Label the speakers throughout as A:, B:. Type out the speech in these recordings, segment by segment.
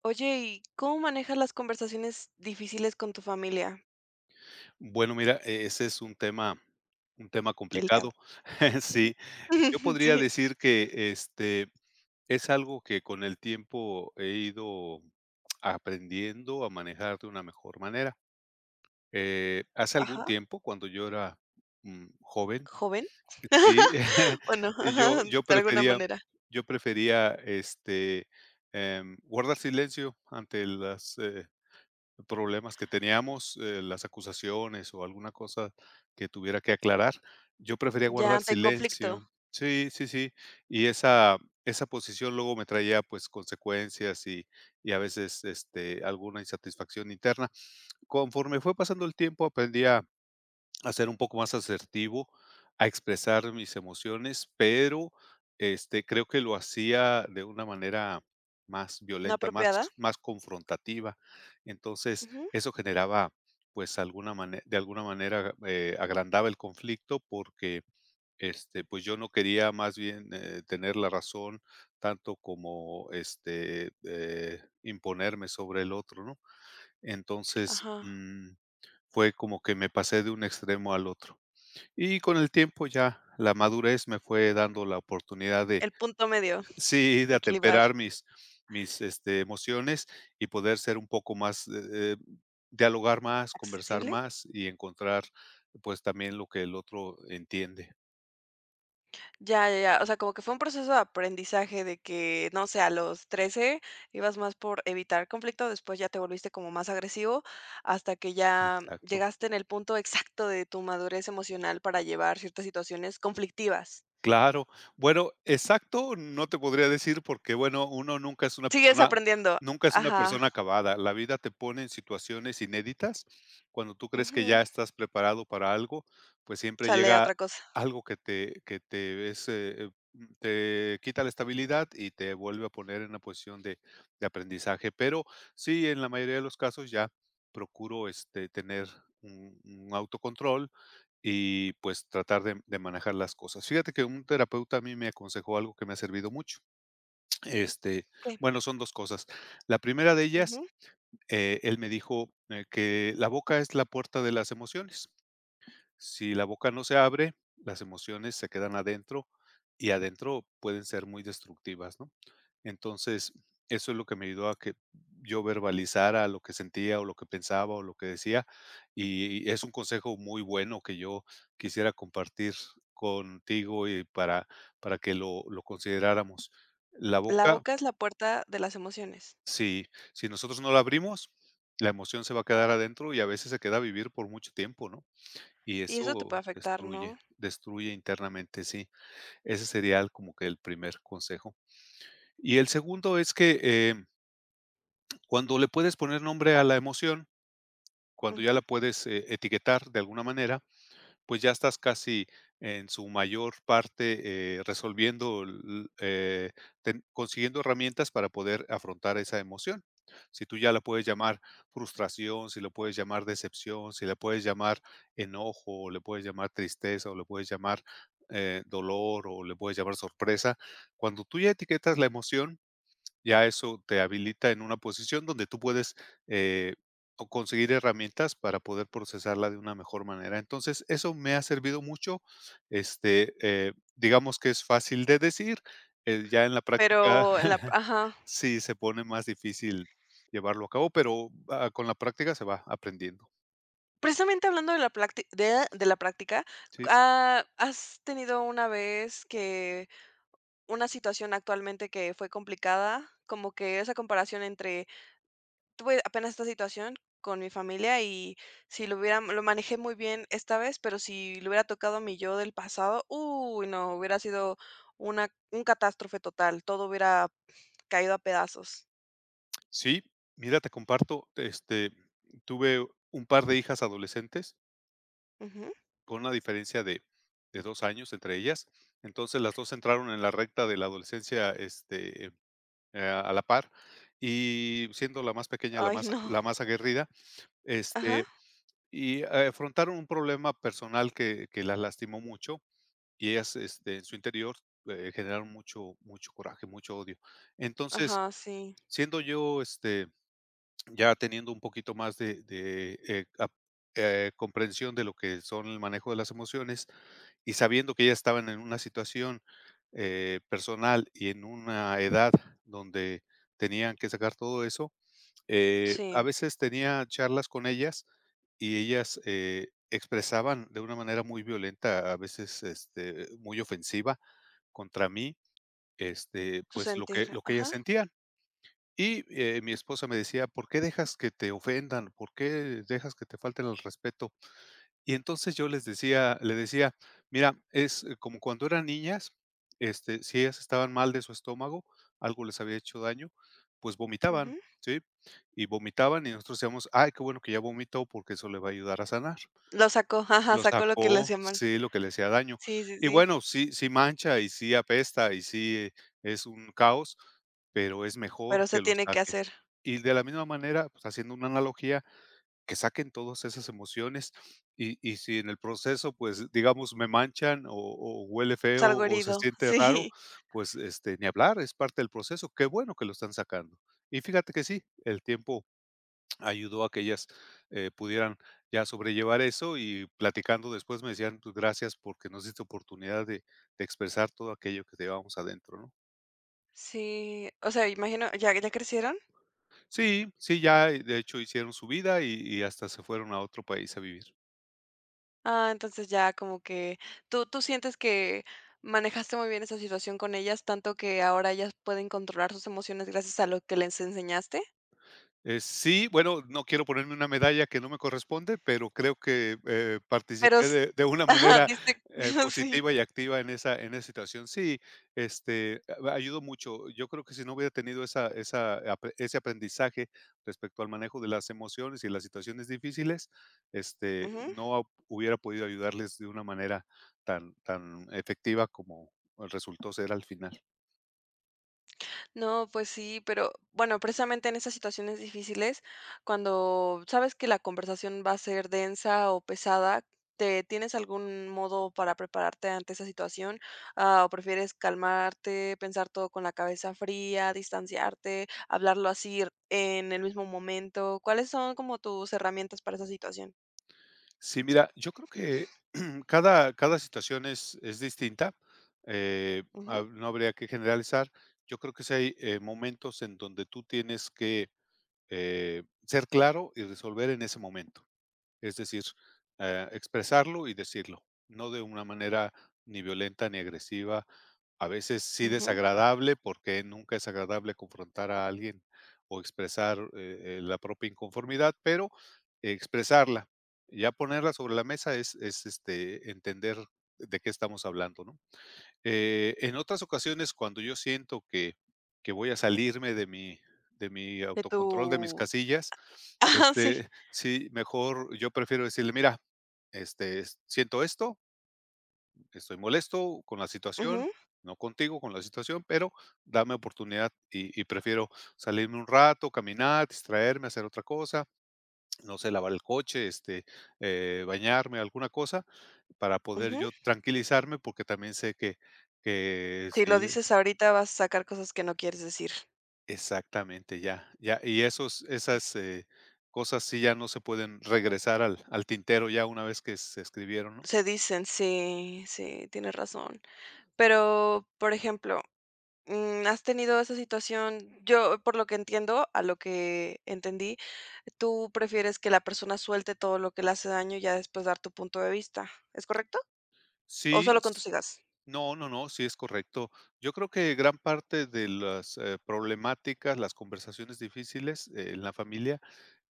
A: Oye, ¿y cómo manejas las conversaciones difíciles con tu familia?
B: Bueno, mira, ese es un tema
A: Delicado.
B: complicado.
A: Ujú.
B: Sí, yo podría
A: Sí.
B: decir que, es algo que con el tiempo he ido aprendiendo a manejar de una mejor manera. Hace algún
A: Ajá,
B: tiempo, cuando yo era, joven,
A: ¿joven?
B: sí,
A: Bueno,
B: yo
A: ajá, de
B: yo
A: alguna
B: prefería
A: manera.
B: yo prefería, guardar silencio ante las problemas que teníamos, las acusaciones o alguna cosa que tuviera que aclarar, yo prefería
A: Ya,
B: guardar
A: te conflicto.
B: silencio. Sí, sí, sí. Y esa posición luego me traía, pues, consecuencias y a veces, alguna insatisfacción interna. Conforme fue pasando el tiempo, aprendí a ser un poco más asertivo, a expresar mis emociones, pero, creo que lo hacía de una manera más
A: ¿No
B: violenta,
A: apropiada?
B: más confrontativa. Entonces,
A: Ujú,
B: eso generaba, pues, alguna mane de alguna manera, agrandaba el conflicto porque, pues, yo no quería más bien, tener la razón tanto como, imponerme sobre el otro, ¿no? Entonces,
A: ajá,
B: fue como que me pasé de un extremo al otro. Y con el tiempo ya la madurez me fue dando la oportunidad de
A: el punto medio.
B: sí, de
A: Equilibrar.
B: atemperar mis, emociones y poder ser un poco más, dialogar más, conversar
A: ¿Accesible?
B: más y encontrar, pues, también lo que el otro entiende.
A: Ya, ya, ya. O sea, como que fue un proceso de aprendizaje de que, no sé, a los 13 ibas más por evitar conflicto, después ya te volviste como más agresivo, hasta que ya
B: Exacto.
A: llegaste en el punto exacto de tu madurez emocional para llevar ciertas situaciones conflictivas.
B: Claro. Bueno, exacto, no te podría decir porque, bueno, uno nunca es una
A: Sigues
B: persona
A: aprendiendo.
B: nunca es una
A: Ajá.
B: persona acabada. La vida te pone en situaciones inéditas. Cuando tú crees que
A: Ujú.
B: ya estás preparado para algo, pues siempre
A: Sale a
B: llega
A: otra cosa.
B: algo que te es, te quita la estabilidad y te vuelve a poner en una posición de aprendizaje. Pero sí, en la mayoría de los casos ya procuro, tener un autocontrol y pues tratar de manejar las cosas. Fíjate que un terapeuta a mí me aconsejó algo que me ha servido mucho. Este,
A: Okey.
B: bueno, son 2 cosas. La primera de ellas,
A: Ujú.
B: él me dijo, que la boca es la puerta de las emociones. Si la boca no se abre, las emociones se quedan adentro y adentro pueden ser muy destructivas, ¿no? Entonces, eso es lo que me ayudó a que yo verbalizara lo que sentía, o lo que pensaba, o lo que decía, y es un consejo muy bueno que yo quisiera compartir contigo y para que lo consideráramos. La
A: La
B: boca,
A: boca es la puerta de las emociones.
B: si si nosotros no la abrimos, la emoción se va a quedar adentro y a veces se queda a vivir por mucho tiempo, ¿no? Y
A: Y eso te puede
B: eso
A: afectar,
B: destruye,
A: ¿no?
B: destruye internamente, sí. Ese sería el como que el primer consejo. Y el segundo es que, cuando le puedes poner nombre a la emoción, cuando ya
A: Ujú.
B: la puedes, etiquetar de alguna manera, pues ya estás casi en su mayor parte, resolviendo l ten consiguiendo herramientas para poder afrontar esa emoción. Si tú ya la puedes llamar frustración, si la puedes llamar decepción, si la puedes llamar enojo, o le puedes llamar tristeza, o le puedes llamar, dolor, o le puedes llamar sorpresa. Cuando tú ya etiquetas la emoción, ya eso te habilita en una posición donde tú puedes eh, o conseguir herramientas para poder procesarla de una mejor manera. Entonces, eso me ha servido mucho. Digamos que es fácil de decir, ya en la práctica
A: Pero en la ajá.
B: sí se pone más difícil llevarlo a cabo, pero con la práctica se va aprendiendo.
A: Precisamente hablando de la placti de la práctica,
B: Sí,
A: ¿has tenido una vez que una situación actualmente que fue complicada? Como que esa comparación entre tuve apenas esta situación con mi familia y si lo hubiera lo manejé muy bien esta vez, pero si le hubiera tocado a mi yo del pasado, uy, no, hubiera sido una un catástrofe total, todo hubiera caído a pedazos.
B: sí, mira, te comparto, tuve un par de hijas adolescentes
A: Ujú.
B: con una diferencia de 2 años entre ellas. Entonces, las 2 entraron en la recta de la adolescencia, a la par, y siendo la más pequeña,
A: Ay,
B: la
A: no.
B: más aguerrida,
A: Ajá,
B: este, afrontaron un problema personal que las lastimó mucho, y ellas, en su interior, generaron mucho coraje, mucho odio. Entonces,
A: ajá, sí,
B: siendo yo, ya teniendo un poquito más de, ap comprensión de lo que son el manejo de las emociones, y sabiendo que ya estaban en una situación, personal y en una edad donde tenían que sacar todo eso, a
A: sí,
B: veces tenía charlas con ellas y ellas, expresaban de una manera muy violenta, a veces, muy ofensiva contra mí,
A: tu
B: pues, lo que
A: sentir,
B: ellas
A: ajá,
B: sentían. Y, mi esposa me decía: "¿Por qué dejas que te ofendan? ¿Por qué dejas que te falten el respeto?". Y entonces yo les decía le decía: "Mira, es como cuando eran niñas, si ellas estaban mal de su estómago, algo les había hecho daño, pues vomitaban,
A: ujú.
B: ¿sí? Y vomitaban y nosotros decíamos: "Ay, qué bueno que ya vomitó porque eso le va a ayudar a sanar".
A: Lo sacó, ajá,
B: Lo
A: sacó lo que le
B: sacó,
A: hacía mal.
B: sí, lo que le hacía daño.
A: Sí, sí,
B: Y
A: sí,
B: bueno, sí mancha, y sí apesta, y sí es un caos, pero es mejor
A: pero se
B: que lo
A: tiene que
B: saque.
A: hacer.
B: Y de la misma manera, pues, haciendo una analogía, que saquen todas esas emociones, y si en el proceso, pues, digamos, me manchan o huele feo
A: Salgo
B: o se
A: herido,
B: siente raro,
A: sí,
B: pues, ni hablar, es parte del proceso. Qué bueno que lo están sacando. Y fíjate que sí, el tiempo ayudó a que ellas, pudieran ya sobrellevar eso y platicando después me decían: "Pues gracias porque nos diste oportunidad de expresar todo aquello que llevamos adentro", ¿no?
A: sí, o sea, imagino, ¿ya ya crecieron?
B: Sí, sí, ya, de hecho, hicieron su vida y hasta se fueron a otro país a vivir.
A: Ah, entonces ya como que tú sientes que manejaste muy bien esa situación con ellas, tanto que ahora ellas pueden controlar sus emociones gracias a lo que les enseñaste,
B: Sí, bueno, no quiero ponerme una medalla que no me corresponde, pero creo que,
A: pero
B: participé
A: s
B: de una
A: ajá,
B: manera,
A: diste sí.
B: positiva y activa en esa situación. Sí, este, a ayudó mucho. Yo creo que si no hubiera tenido esa apre ese aprendizaje respecto al manejo de las emociones y las situaciones difíciles,
A: Ujú.
B: no hubiera podido ayudarles de una manera tan efectiva como resultó ser al final.
A: No, pues sí, pero bueno, precisamente en esas situaciones difíciles, cuando sabes que la conversación va a ser densa o pesada, ¿te tienes algún modo para prepararte ante esa situación? ¿O prefieres calmarte, pensar todo con la cabeza fría, distanciarte, hablarlo así en el mismo momento? ¿Cuáles son como tus herramientas para esa situación?
B: Sí, mira, yo creo que cada situación es distinta.
A: Ujú,
B: No habría que generalizar. Yo creo que sí hay momentos en donde tú tienes que ser claro y resolver en ese momento. Es decir, expresarlo y decirlo, no de una manera ni violenta ni agresiva, a veces sí
A: ujú.
B: desagradable, porque nunca es agradable confrontar a alguien o expresar la propia inconformidad, pero expresarla, ya ponerla sobre la mesa es entender de qué estamos hablando, ¿no? En otras ocasiones, cuando yo siento que voy a salirme de mi
A: De tu...
B: autocontrol, de mis casillas,
A: Ah, sí.
B: sí, mejor yo prefiero decirle: "Mira, siento esto, estoy molesto con la situación,
A: Ujú,
B: no contigo, con la situación, pero dame oportunidad", y prefiero salirme un rato, caminar, distraerme, hacer otra cosa, no sé, lavar el coche, bañarme, alguna cosa, para poder
A: ujú.
B: yo tranquilizarme, porque también sé que
A: Si lo
B: si
A: dices ahorita, vas a sacar cosas que no quieres decir.
B: exactamente, ya, ya, y esos esas, cosas sí ya no se pueden regresar al tintero ya una vez que se escribieron, ¿no?
A: Se dicen, sí, sí, tienes razón. Pero, por ejemplo, ¿has tenido esa situación? Yo, por lo que entiendo, a lo que entendí, tú prefieres que la persona suelte todo lo que le hace daño y ya después dar tu punto de vista, ¿es correcto? ¿O
B: Sí,
A: solo con
B: s
A: tus hijas?
B: No, no, no, sí es correcto. Yo creo que gran parte de las, problemáticas, las conversaciones difíciles, en la familia,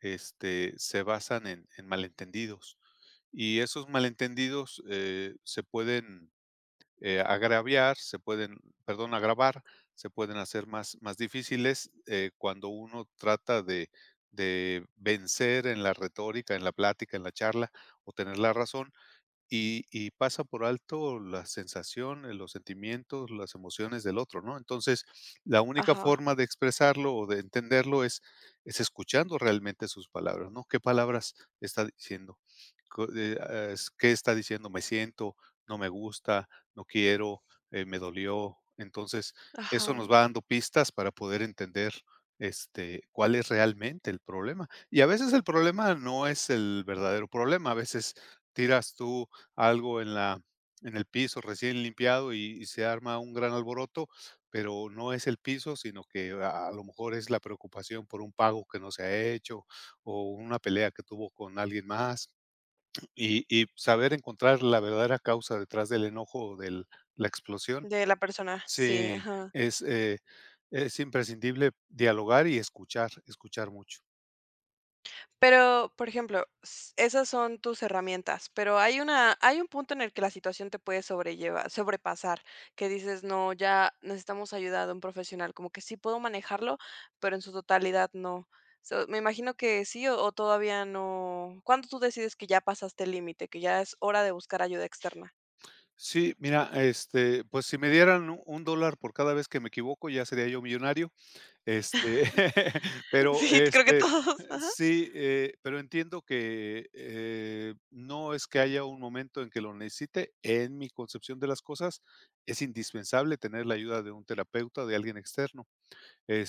B: se basan en malentendidos, y esos malentendidos, se pueden agraviar, se pueden, perdón, agravar, se pueden hacer más difíciles cuando uno trata de vencer en la retórica, en la plática, en la charla o tener la razón y pasa por alto las sensaciones, los sentimientos, las emociones del otro, ¿no? Entonces, la única
A: Ajá,
B: forma de expresarlo o de entenderlo es escuchando realmente sus palabras, ¿no? ¿Qué palabras está diciendo? Co ah, es ¿qué está diciendo? Me siento, no me gusta, no quiero, me dolió. Entonces, eso nos
A: ajá,
B: va dando pistas para poder entender, cuál es realmente el problema. Y a veces el problema no es el verdadero problema, a veces tiras tú algo en el piso recién limpiado y se arma un gran alboroto, pero no es el piso, sino que a lo mejor es la preocupación por un pago que no se ha hecho o una pelea que tuvo con alguien más. Y saber encontrar la verdadera causa detrás del enojo o de la explosión.
A: de la persona, sí,
B: Sí,
A: ajá.
B: es, eh, es imprescindible dialogar y escuchar, escuchar mucho.
A: Pero, por ejemplo, s esas son tus herramientas, pero hay una hay un punto en el que la situación te puede sobrellevar sobrepasar, que dices: "No, ya necesitamos ayuda de un profesional", como que sí puedo manejarlo, pero en su totalidad no. So, me imagino que sí o todavía no, ¿cuándo tú decides que ya pasaste el límite, que ya es hora de buscar ayuda externa?
B: Sí, mira, pues si me dieran u un dólar por cada vez que me equivoco, ya sería yo millonario. Este, pero,
A: Sí, creo que todos, ajá.
B: sí, pero entiendo que, no es que haya un momento en que lo necesite. En mi concepción de las cosas, es indispensable tener la ayuda de un terapeuta, de alguien externo.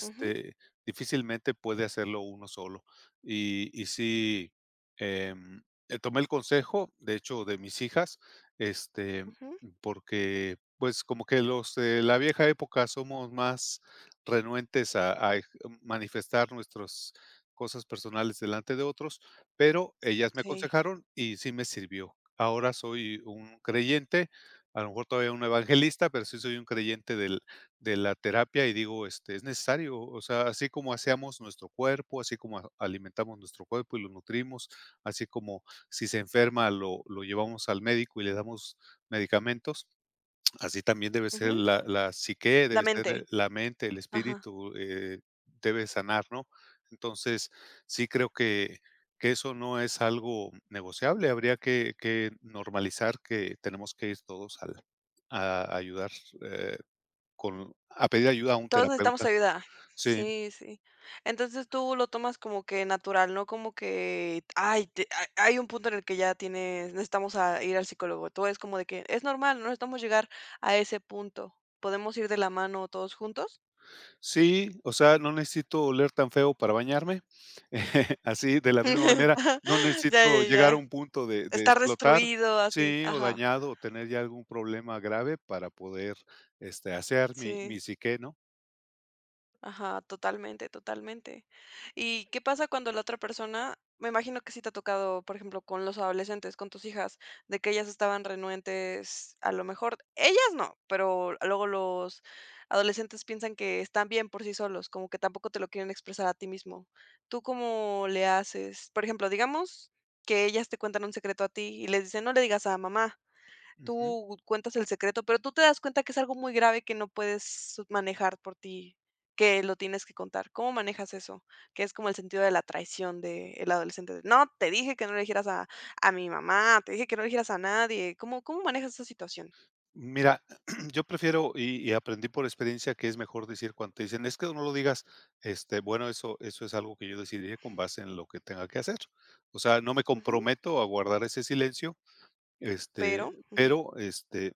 A: Ujú,
B: Difícilmente puede hacerlo uno solo. Y sí, em, tomé el consejo, de hecho, de mis hijas, este,
A: ujú,
B: porque pues como que los de la vieja época somos más renuentes a manifestar nuestras cosas personales delante de otros, pero ellas me
A: sí,
B: aconsejaron y sí me sirvió. Ahora soy un creyente, a lo mejor todavía un evangelista, pero sí soy un creyente de la terapia y digo, es necesario, o sea, así como hacemos nuestro cuerpo, así como alimentamos nuestro cuerpo y lo nutrimos, así como si se enferma lo llevamos al médico y le damos medicamentos, así también debe ser
A: ujú.
B: la psique,
A: La
B: debe ser
A: mente,
B: la mente, el
A: ajá.
B: espíritu, debe sanar, ¿no? Entonces, sí creo que eso no es algo negociable, habría que normalizar que tenemos que ir todos a ayudar eh, con a pedir ayuda a un
A: Todos necesitamos
B: terapeuta.
A: ayuda.
B: Sí,
A: Sí, sí. Entonces tú lo tomas como que natural, ¿no? Como que, ay, te- hay hay un punto en el que ya tienes, necesitamos a ir al psicólogo. Todo es como de que es normal, no necesitamos llegar a ese punto. Podemos ir de la mano todos juntos.
B: sí, o sea, no necesito oler tan feo para bañarme, así, de la misma manera, no
A: Ya,
B: necesito
A: ya, ya.
B: llegar a un punto de
A: Estar
B: explotar,
A: destruido, así.
B: sí, o
A: Ajá.
B: dañado, o tener ya algún problema grave para poder, asear
A: Sí.
B: mi psique, ¿no?
A: Ajá, totalmente, totalmente. ¿Y qué pasa cuando la otra persona, me imagino que sí te ha tocado, por ejemplo, con los adolescentes, con tus hijas, de que ellas estaban renuentes, a lo mejor, ellas no, pero luego los adolescentes piensan que están bien por sí solos, como que tampoco te lo quieren expresar a ti mismo? ¿Tú cómo le haces? Por ejemplo, digamos que ellas te cuentan un secreto a ti y les dicen, no le digas a mamá,
B: Ujú.
A: tú cuentas el secreto, pero tú te das cuenta que es algo muy grave que no puedes manejar por ti, que lo tienes que contar. ¿Cómo manejas eso? Que es como el sentido de la traición del adolescente. De, no, te dije que no le dijeras a mi mamá, te dije que no le dijeras a nadie. ¿Cómo, cómo manejas esa situación?
B: Mira, yo prefiero, y aprendí por experiencia que es mejor decir cuando te dicen: "Es que no lo digas", bueno, eso es algo que yo decidiré con base en lo que tenga que hacer. O sea, no me
A: Ujú.
B: comprometo a guardar ese silencio.
A: Pero, ujú,
B: Pero,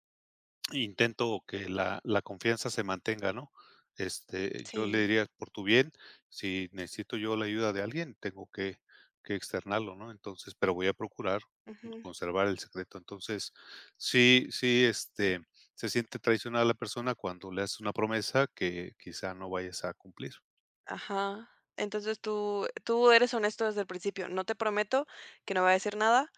B: intento que la confianza se mantenga, ¿no? Yo le
A: sí,
B: diría: "Por tu bien, si necesito yo la ayuda de alguien, tengo que externarlo", ¿no? Entonces, pero voy a procurar
A: ujú,
B: conservar el secreto. Entonces, sí sí, se siente traicionada la persona cuando le haces una promesa que quizá no vayas a cumplir.
A: ajá. Entonces tú eres honesto desde el principio. No te prometo que no voy a decir nada.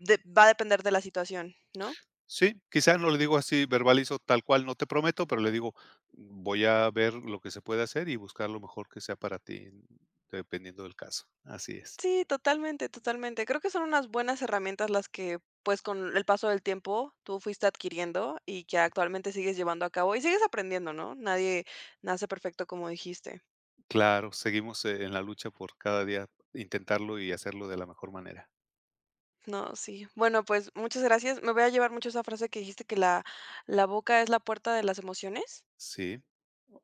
A: De- va a depender de la situación, ¿no?
B: Sí, quizás no le digo así, verbalizo tal cual, no te prometo, pero le digo, voy a ver lo que se puede hacer y buscar lo mejor que sea para ti, dependiendo del caso. Así es.
A: Sí, totalmente, totalmente. Creo que son unas buenas herramientas las que, pues, con el paso del tiempo tú fuiste adquiriendo y que actualmente sigues llevando a cabo y sigues aprendiendo, ¿no? Nadie nace perfecto como dijiste.
B: Claro, seguimos en la lucha por cada día intentarlo y hacerlo de la mejor manera.
A: No, sí. Bueno, pues muchas gracias. Me voy a llevar mucho esa frase que dijiste que la boca es la puerta de las emociones.
B: Sí,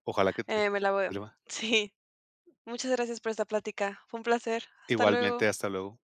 B: ojalá que te
A: Me la voy.
B: sirva.
A: Sí. Muchas gracias por esta plática. Fue un placer. Hasta
B: Igualmente,
A: luego.
B: hasta luego.